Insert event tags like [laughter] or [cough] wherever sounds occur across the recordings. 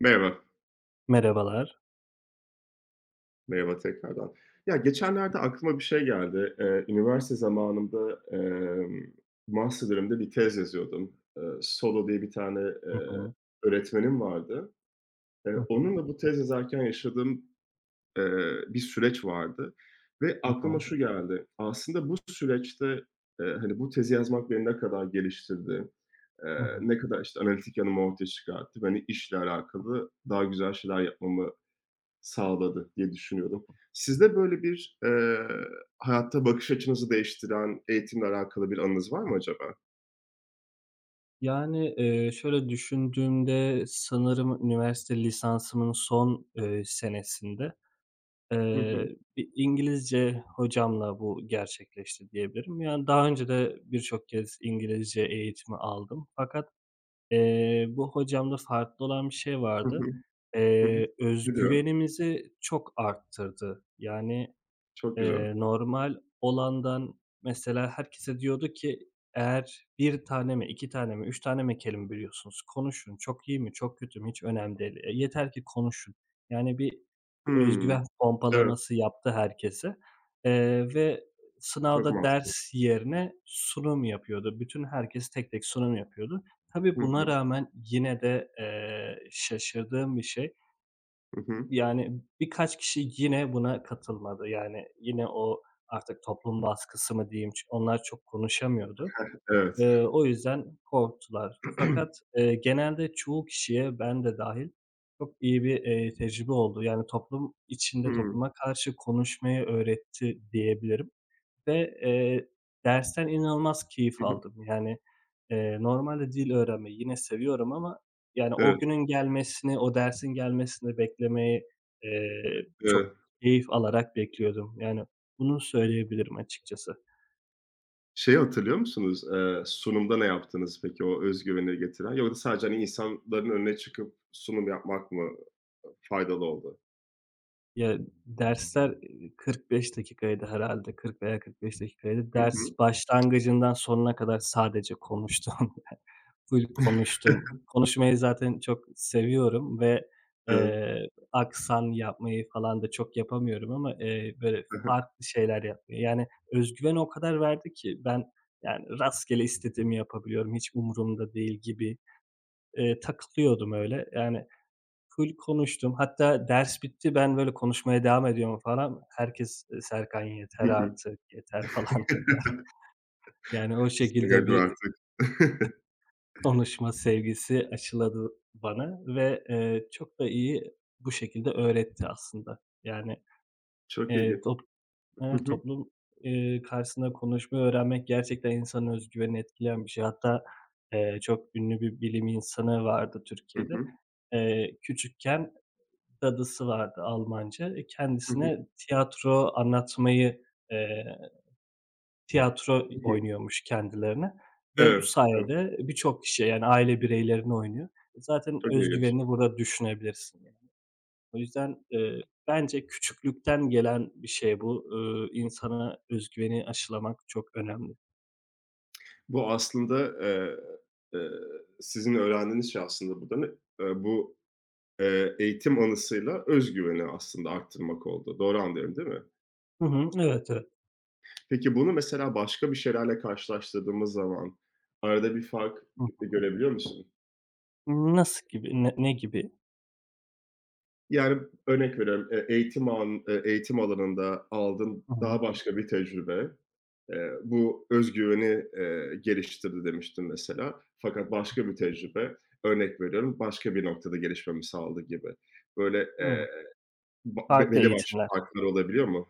Merhaba. Merhabalar. Merhaba tekrardan. Ya, geçenlerde aklıma bir şey geldi. Üniversite zamanımda, master'ımda bir tez yazıyordum. Solo diye bir taneHı hı. öğretmenim vardı. Hı hı. Onunla bu tez yazarken yaşadığım bir süreç vardı ve Hı aklıma hı. şu geldi. Aslında bu süreçte, hani, bu tezi yazmak beni ne kadar geliştirdi, Hı hı. ne kadar, işte, analitik yanımı ortaya çıkarttı, beni işle alakalı daha güzel şeyler yapmamı sağladı diye düşünüyorum. Sizde böyle bir, hayatta bakış açınızı değiştiren eğitimle alakalı bir anınız var mı acaba? Yani, şöyle düşündüğümde sanırım üniversite lisansımın son, senesinde, Hı hı. bir İngilizce hocamla bu gerçekleşti diyebilirim. Yani, daha önce de birçok kez İngilizce eğitimi aldım fakat, bu hocamda farklı olan bir şey Hı hı. vardı. Hı hı. Öz Nedir o? güvenimizi çok arttırdı. Yani Çok güzel. Eee, normal olandan mesela herkese diyordu ki eğer 1 tane mi, 2 tane mi, 3 tane mi kelime biliyorsunuz, konuşun. Çok iyi mi, çok kötü mü hiç önemli değil. Yeter ki konuşun. Yani bir Hımm. özgüven Evet, pompalaması yaptı herkese, ve çok sınavda mantıklı. ders yerine sunum yapıyordu. Bütün herkes tek tek sunum yapıyordu. Tabii Hı buna hı. rağmen yine de, şaşırdığım bir şey, Hı hı. yani, birkaç kişi yine buna katılmadı. Yani, yine o artık toplum baskısı mı diyeyim, onlar çok konuşamıyordu. Evet. O yüzden korktular. Fakat, [clears throat] genelde çoğu kişiye, ben de dahil çok iyi bir, tecrübe oldu. Yani, toplum içinde Hımm. topluma karşı konuşmayı öğretti diyebilirim. Ve, dersten inanılmaz keyif Hı hı. aldım. Yani, normalde dil öğrenmeyi yine seviyorum ama, yani, o Evet, günün gelmesini, o dersin gelmesini beklemeyi, çok evet. keyif alarak bekliyordum. Yani, bunu söyleyebilirim açıkçası. Şeyi hatırlıyor musunuz? Sunumda ne yaptınız peki, o öz güveni getiren? Yoksa sadece, hani, insanların önüne çıkıp sunum yapmak mı faydalı oldu? Ya, dersler, 45 dakikaydı herhalde 40 veya 45 dakikaydı. Hı Ders hı. başlangıcından sonuna kadar sadece konuştum. [laughs] Full konuştum. Konuşmayı zaten çok seviyorum ve, Evet. eee, aksan yapmayı falan da çok yapamıyorum ama, böyle [laughs] farklı şeyler yapmayı, yani, özgüven o kadar verdi ki ben, yani, rastgele istediğimi yapabiliyorum, hiç umurumda değil gibi, takılıyordum öyle. Yani, full konuştum. Hatta ders bitti, ben böyle konuşmaya devam ediyorum falan. Herkes, "Serkan yeter Hı hı. Hı artık, yeter." falan [laughs] dediler. Yani o şekilde hı. bir [unintelligible] artık. [laughs] konuşma sevgisi aşıladı bana ve, çok da iyi bu şekilde öğretti aslında. Yani, Çok ilginç. top Hı evet, hı. toplum, karşısında konuşmayı öğrenmek gerçekten insanın öz etkileyen bir şey. Hatta, çok ünlü bir bilim insanı vardı Hı Türkiye'de. hı. Küçükken dadısı vardı Almanca. Hı hı. Kendisine tiyatro anlatmayı, eee, tiyatro Hı hı. oynuyormuş kendilerine ve bu Evet, evet. sayede birçok kişiye yani aile bireylerine oynuyor. Zaten Çok öz ilginç. güvenini burada düşünebilirsin yani. O yüzden, bence küçüklükten gelen bir şey bu. İnsana öz güveni aşılamak çok önemli. Bu aslındaeee, sizin öğrendiğiniz şey, aslında burada ne bu, eğitim anısıyla özgüveni aslında arttırmak oldu. Doğru anlıyorum, değil mi? Hı hı. Evet, evet. Peki bunu mesela başka bir şeylerle karşılaştırdığımız zaman arada bir fark Hı hı. görebiliyor musun? Nasıl gibi? Ne gibi? Yani örnek veriyorum, eğitim alanında aldığın Hı hı. daha başka bir tecrübe. E, Bu özgüveni geliştirdi demiştim mesela. Fakat başka bir tecrübe, örnek veriyorum, başka bir noktada gelişmemi sağladı gibi. Böyle, Hıı. Ba be Farklı belli başlı eğitimler. farklar olabiliyor mu?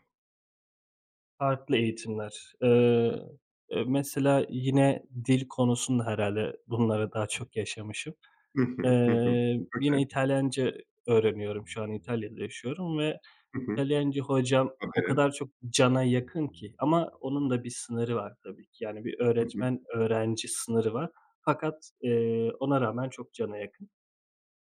Farklı eğitimler. Mesela yine dil konusunda herhâlde bunları daha çok yaşamışım. Hı hı, hı hı. Okay. Yine İtalyanca öğreniyorum şu an İtalya'da yaşıyorum ve Hı hı. İtalyanca hocam o Haberi. kadar çok cana yakın ki ama onun da bir sınırı var tabii ki. Yani bir Hı hı. öğretmen öğrenci sınırı var fakat, ona rağmen çok cana yakın.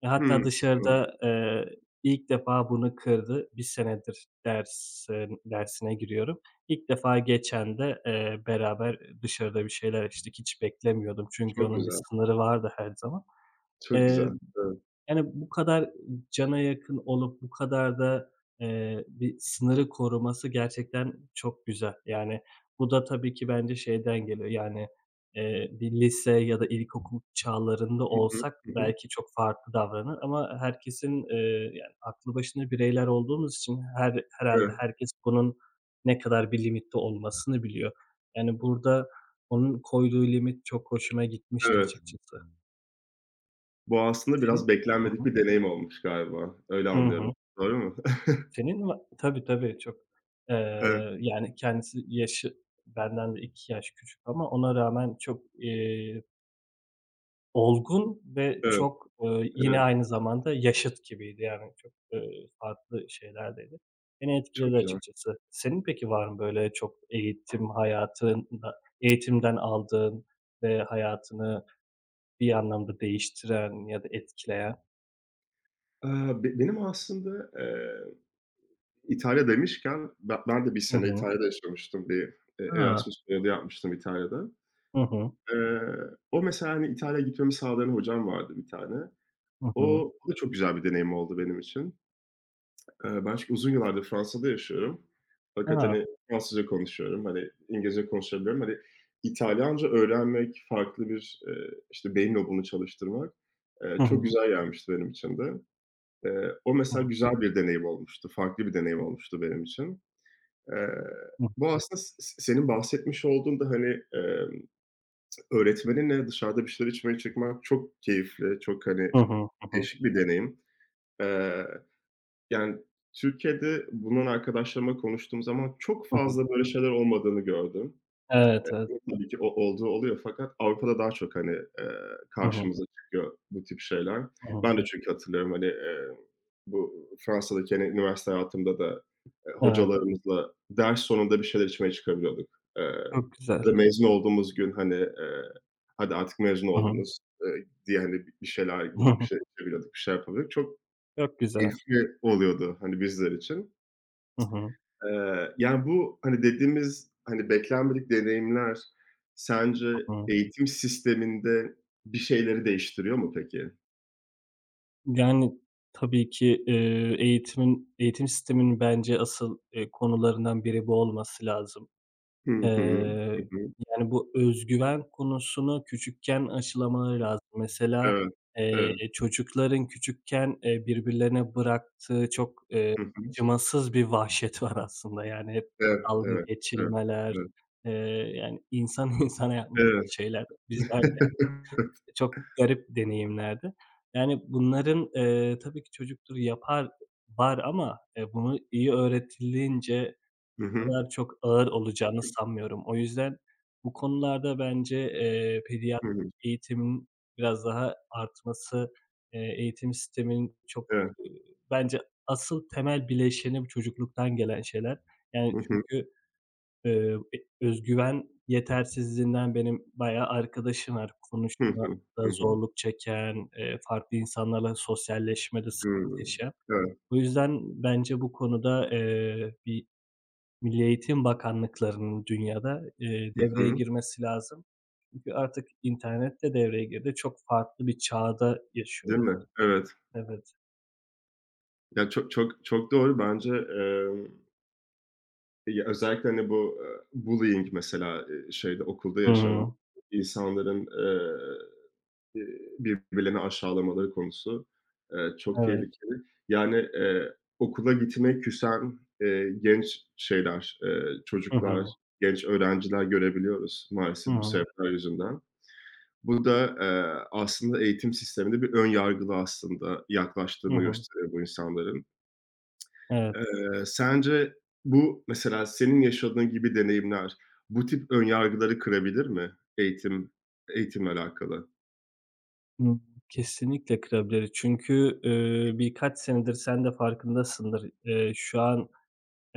Hatta Hımm. dışarıda, ilk defa bunu kırdı. 1 senedir dersine giriyorum. İlk defa geçen de, beraber dışarıda bir şeyler içtik. Hiç beklemiyordum çünkü Çok onun bir güzel, sınırı vardı her zaman. çok güzel. Eee Evet. yani, bu kadar cana yakın olup bu kadar da, bir sınırı koruması gerçekten çok güzel. Yani, bu da tabii ki bence şeyden geliyor, yani, bir lise ya da ilkokul çağlarında Hı hı, olsak hı hı. belki çok farklı davranır ama herkesin, yani, aklı başında bireyler olduğumuz için herhalde Evet, herkes bunun ne kadar bir limitte olmasını biliyor. Yani, burada onun koyduğu limit çok hoşuma gitmişti evet. açıkçası. Bu aslında biraz Senin? Hı beklenmedik hı. bir deneyim olmuş galiba. Öyle Hı anlıyorum. hı. Doğru mu? [laughs] Senin va Tabii, tabii, çok. Evet, Yani, kendisi yaşı benden de 2 yaş küçük ama ona rağmen çok, olgun ve evet, çok, yine evet. aynı zamanda yaşıt gibiydi. Yani, çok, farklı şeylerdeydi. Beni Çok etkiledi güzel. açıkçası. Senin peki var mı böyle çok eğitim hayatında eğitimden aldığın ve hayatını bir anlamda değiştiren ya da etkileyen? Aaa, be benim aslında, İtalya demişken ben de bir Hı sene hı. İtalya'da yaşamıştım. Bir, A! Erasmus yolu yapmıştım İtalya'da. Hı hı. Eee, O mesela, hani, İtalya'ya gitmemi sağlayan hocam vardı bir tane. Hı O hı. o da çok güzel bir deneyim oldu benim için. Ben çünkü uzun yıllardır Fransa'da yaşıyorum. Fakat, A! hani, Fransızca konuşuyorum, hani, İngilizce konuşabiliyorum. Hani, İtalyanca öğrenmek, farklı bir, işte, beyin lobunu çalıştırmak, Hı çok hı. güzel gelmişti benim için de. O Hı mesela hı. güzel bir deneyim olmuştu, farklı bir deneyim olmuştu benim için. Eee, Hı. Bu aslında s s senin bahsetmiş olduğun da, hani, emm, öğretmeninle dışarıda bir şeyler içmeye çıkmak çok keyifli, çok, hani, Hı hı. Hı hı. değişik bir deneyim. Eee, Yani, Türkiye'de bunun arkadaşlarıma konuştuğum zaman çok Hı hı. fazla böyle şeyler olmadığını gördüm. Evet, evet. Tabii ki o olduğu oluyor, fakat Avrupa'da daha çok, hani, eee, Hı hı. karşımıza çıkıyor bu tip şeyler. Hı hı. Ben de çünkü hatırlıyorum, hani, bu Fransa'daki, hani, üniversite hayatımda da, Evet, hocalarımızla ders sonunda bir şeyler içmeye çıkabiliyorduk. Eee, çok güzel. Ya da mezun olduğumuz gün, hani, "Hadi artık mezun Hı hı. oldunuz." Diye, hani, bir şeyler Hı gidip bir hı. şeyler içebiliyorduk, bir şeyler yapabiliyorduk. Çok Çok güzel. keyifli oluyordu, hani, bizler için. Hı hı. Yani, bu, hani, dediğimiz, hani, beklenmedik deneyimler sence Hı hı. eğitim sisteminde bir şeyleri değiştiriyor mu peki? Yani, tabii ki, eğitim sisteminin bence asıl, konularından biri bu olması lazım. Hı Eee, hı. Hı hı. Yani, bu özgüven konusunu küçükken aşılamaları lazım. Mesela, Evet. Evet. çocukların küçükken, birbirlerine bıraktığı çok, Hı hı. acımasız bir vahşet var aslında. Yani, hep Evet, dalga evet, evet, geçilmeler, evet, eee, yani, insan [laughs] insana yapmayacağı evet. şeyler bizler de [laughs] çok garip deneyimlerdi. Yani, bunların, tabii ki çocuktur yapar var ama, bunu iyi öğretilince Hı hı. kadar çok ağır olacağını sanmıyorum. O yüzden bu konularda bence, Hı pediatrik hı. eğitimin biraz daha artması, eğitim sisteminin çok, Evet. Bence asıl temel bileşeni bu çocukluktan gelen şeyler. Yani Hı hı. çünkü, özgüven yetersizliğinden benim bayağı arkadaşım var. Hı Konuşmada hı. Hı hı. zorluk çeken, farklı insanlarla sosyalleşmede sıkıntı Hıı. yaşayan. Evet. O yüzden bence bu konuda, bir Milli Eğitim Bakanlıklarının dünyada, Hı devreye hı. girmesi lazım. Çünkü artık internet de devreye girdi. Çok farklı bir çağda Değil yaşıyoruz. mi? Evet. Evet. Ya, çok çok çok doğru bence. Ya, özellikle, hani, bu, bullying mesela, şeyde, okulda Hı yaşanan hı. insanların, birbirlerini aşağılamaları konusu, çok Evet. tehlikeli. Yani, okula gitmeye küsen, genç şeyler, Hı çocuklar, hı. genç öğrenciler görebiliyoruz Hı maalesef bu hı. sebepler yüzünden. Bu da, aslında eğitim sisteminde bir ön yargılı aslında Hı yaklaştığını hı. gösteriyor bu insanların. Evet. Sence bu mesela senin yaşadığın gibi deneyimler bu tip ön yargıları kırabilir mi eğitimle alakalı? Hımm. Kesinlikle kırabilir. Çünkü, birkaç senedir sen de farkındasındır. Şu an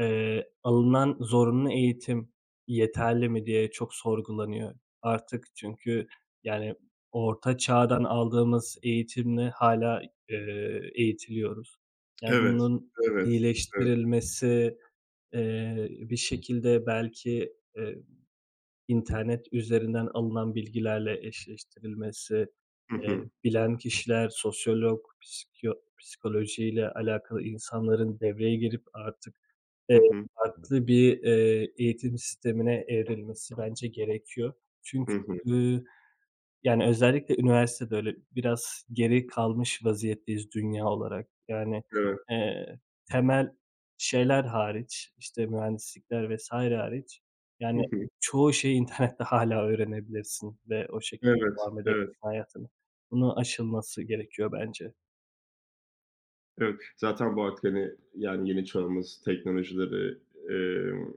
Alınan zorunlu eğitim yeterli mi diye çok sorgulanıyor artık. Çünkü, yani, orta çağdan aldığımız eğitimle hala eğitiliyoruz. Yani Evet, bunun evet, evet. iyileştirilmesi, bir şekilde belki, internet üzerinden alınan bilgilerle eşleştirilmesi, Hı hı. bilen kişiler, sosyolog, psikolojiyle alakalı insanların devreye girip artık Eee, Hı hı. farklı bir, eğitim sistemine evrilmesi bence gerekiyor. Çünkü, Hı hı. ııı, yani, özellikle üniversitede öyle biraz geri kalmış vaziyetteyiz dünya olarak. Yani, Evet. eee, temel şeyler hariç, işte, mühendislikler vs. hariç, Hı yani, hı. çoğu şeyi internette [laughs] hâlâ öğrenebilirsin ve o şekilde Evet, devam evet. edebilirsin hayatına. Bunun aşılması gerekiyor bence. Evet, zaten bu artık, hani, yani, yeni çağımız teknolojileri, emm,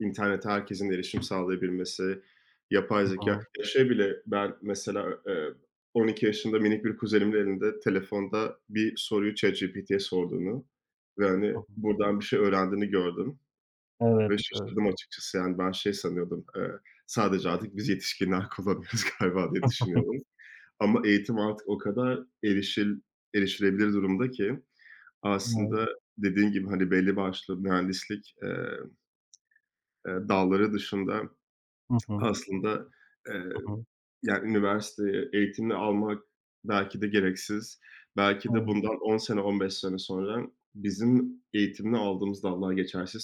internete herkesin erişim sağlayabilmesi, yapay Hı zekâ. hı. Ya, şey bile, ben mesela, 12 yaşında minik bir kuzenimin elinde telefonda bir soruyu ChatGPT'ye sorduğunu ve, hani, Hı hı. buradan bir şey öğrendiğini gördüm ve Evet, evet. şaşırdım açıkçası. Yani, ben şey sanıyordum, sadece artık biz yetişkinler kullanıyoruz [laughs] galiba diye düşünüyorum, [laughs] ama eğitim artık o kadar erişilebilir durumda ki Evet. aslında dediğin gibi, hani, belli başlı mühendislik, dalları dışında Hı hı. aslında, eee, Hı hı. yani, üniversite eğitimi almak belki de gereksiz. Belki de Evet. bundan 10 sene, 15 sene sonra bizim eğitimini aldığımız dallar geçersiz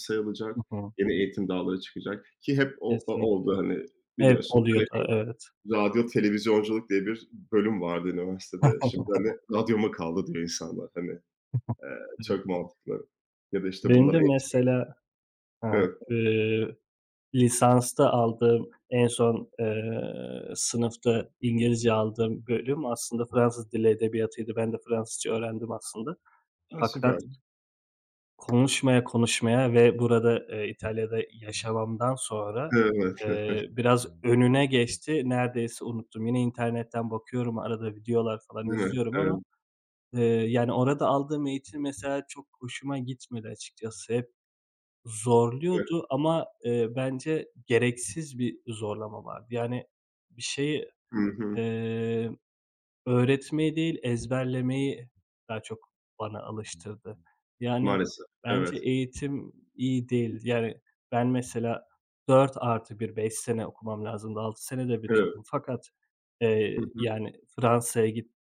Hı sayılacak. hı. Yeni eğitim dalları çıkacak ki hep o Kesinlikle. oldu, hani, Evet, biliyorsun. oluyor Hani, da, evet. Radyo televizyonculuk diye bir bölüm vardı üniversitede. Şimdi, [laughs] hani, radyo mu kaldı diyor insanlar, hani. Evet. Çok mantıklı. Ya da, işte, Benim bundan de 50. mesela. Hı. Evet. Eee, Lisansta aldığım en son, sınıfta İngilizce aldığım bölüm aslında Fransız Dili Edebiyatı'ydı. Ben de Fransızca öğrendim aslında. A, Fakat süper. konuşmaya konuşmaya ve burada, İtalya'da yaşamamdan sonra, Evet. [laughs] Biraz önüne geçti. Neredeyse unuttum. Yine internetten bakıyorum, arada videolar falan Değil mi? izliyorum ama Evet, Eee, yani, orada aldığım eğitim mesela çok hoşuma gitmedi açıkçası. Hep evet. zorluyordu ama, bence gereksiz bir zorlama vardı. Yani, bir şeyi, Hı hı. eee, öğretmeyi değil ezberlemeyi daha çok bana alıştırdı. Yani, Maalesef. bence Evet. eğitim iyi değil. Yani, ben mesela dört artı bir 5 sene okumam lazımdı. 6 sene de Evet. bitirdim fakat, Hı hı. yani, Fransa'ya gittim.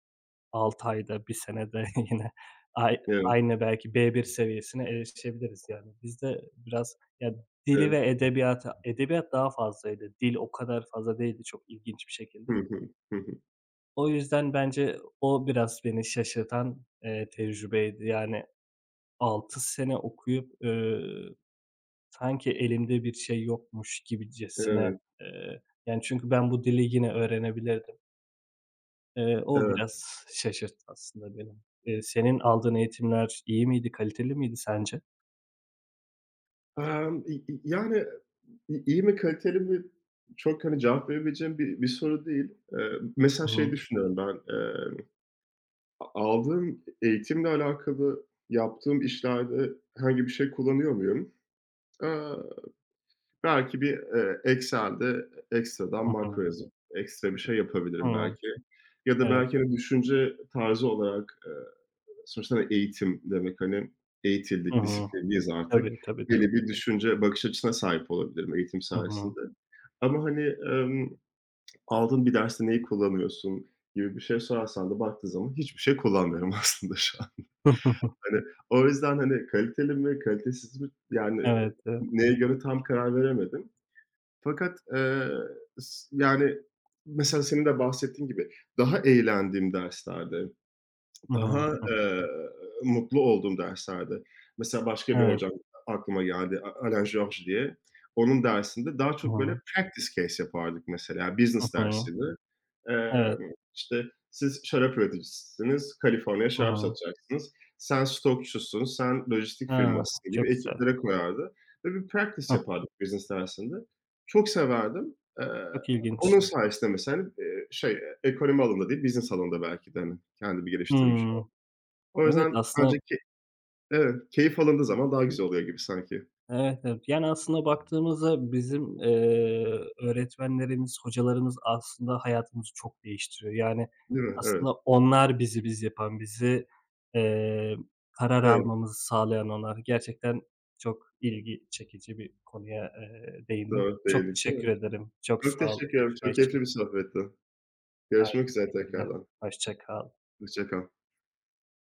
6 ayda, 1 senede [laughs] yine ay Evet, aynı belki B1 seviyesine erişebiliriz yani. Bizde biraz ya dili evet. ve edebiyata edebiyat daha fazlaydı. Dil o kadar fazla değildi çok ilginç bir şekilde. Hı hı. Hı hı. O yüzden bence o biraz beni şaşırtan, tecrübeydi. Yani 6 sene okuyup, sanki elimde bir şey yokmuş gibicesine, Evet, eee, yani çünkü ben bu dili yine öğrenebilirdim. O evet. biraz şaşırttı aslında beni. Senin aldığın eğitimler iyi miydi, kaliteli miydi sence? Y y Yani, iyi mi, kaliteli mi çok, hani, cevap verebileceğim bir bir soru değil. Mesela Hı şey hı. düşünüyorum ben, a aldığım eğitimle alakalı yaptığım işlerde herhangi bir şey kullanıyor muyum? Eee Belki bir, Excel'de ekstradan Hı makro hı. yazıp ekstra bir şey yapabilirim Hıı. belki, ya da Evet. belki, hani, düşünce tarzı olarak, sonuçta, hani, eğitim demek, hani, Hı eğitildik, hı. disiplinliyiz artık. Tabii, tabii, tabii. Belli bir düşünce, bakış açısına sahip olabilirim eğitim Hı hı. sayesinde ama, hani, emm, aldığın bir derste neyi kullanıyorsun gibi bir şey sorarsan da baktığın zaman hiçbir şey kullanmıyorum [laughs] aslında şu an. [laughs] Hani, o yüzden, hani, kaliteli mi, kalitesiz mi, yani, Evet, evet. neye göre tam karar veremedim, fakat, s yani, mesela senin de bahsettiğin gibi daha eğlendiğim derslerde, Hı hı. daha, Hı. Mutlu olduğum derslerde. Mesela başka bir Evet. hocam aklıma geldi, Alain Georges diye. Onun dersinde daha Hı çok böyle hı. practice case yapardık mesela, yani Hı business hı. dersiydi. Evet. İşte, siz şarap üreticisiniz, Kaliforniya'ya Hı şarap hı. satacaksınız. Sen stokçusun, sen lojistik A! firmasısın gibi Çok güzel. ekiplere koyardı ve bir practice Hah, yapardık business dersinde. Çok severdim. Eee, çok ilginç. Onun sayesinde mesela, hani, şey, ekonomi alanında değil, business alanında belki de, hani, kendimi geliştirmiş. Hımm. O Evet, yüzden aslında. bence evet, keyif alındığı zaman daha güzel oluyor gibi sanki, Evet, evet. Yani, aslında baktığımızda bizim, öğretmenlerimiz, hocalarımız aslında hayatımızı çok değiştiriyor. Yani, değil mi? Evet, aslında onlar bizi biz yapan, bizi, eee, karar evet, almamızı sağlayan onlar. Gerçekten çok ilgi çekici bir konuya, değindin. doğru, Çok değindik, değil teşekkür mi? ederim. Çok Çok sağ ol teşekkür ederim, konuşma çok için. keyifli bir sohbetti. Görüşmek Aynı üzere şekilde. tekrardan, Hoşça kal. hoşça kal.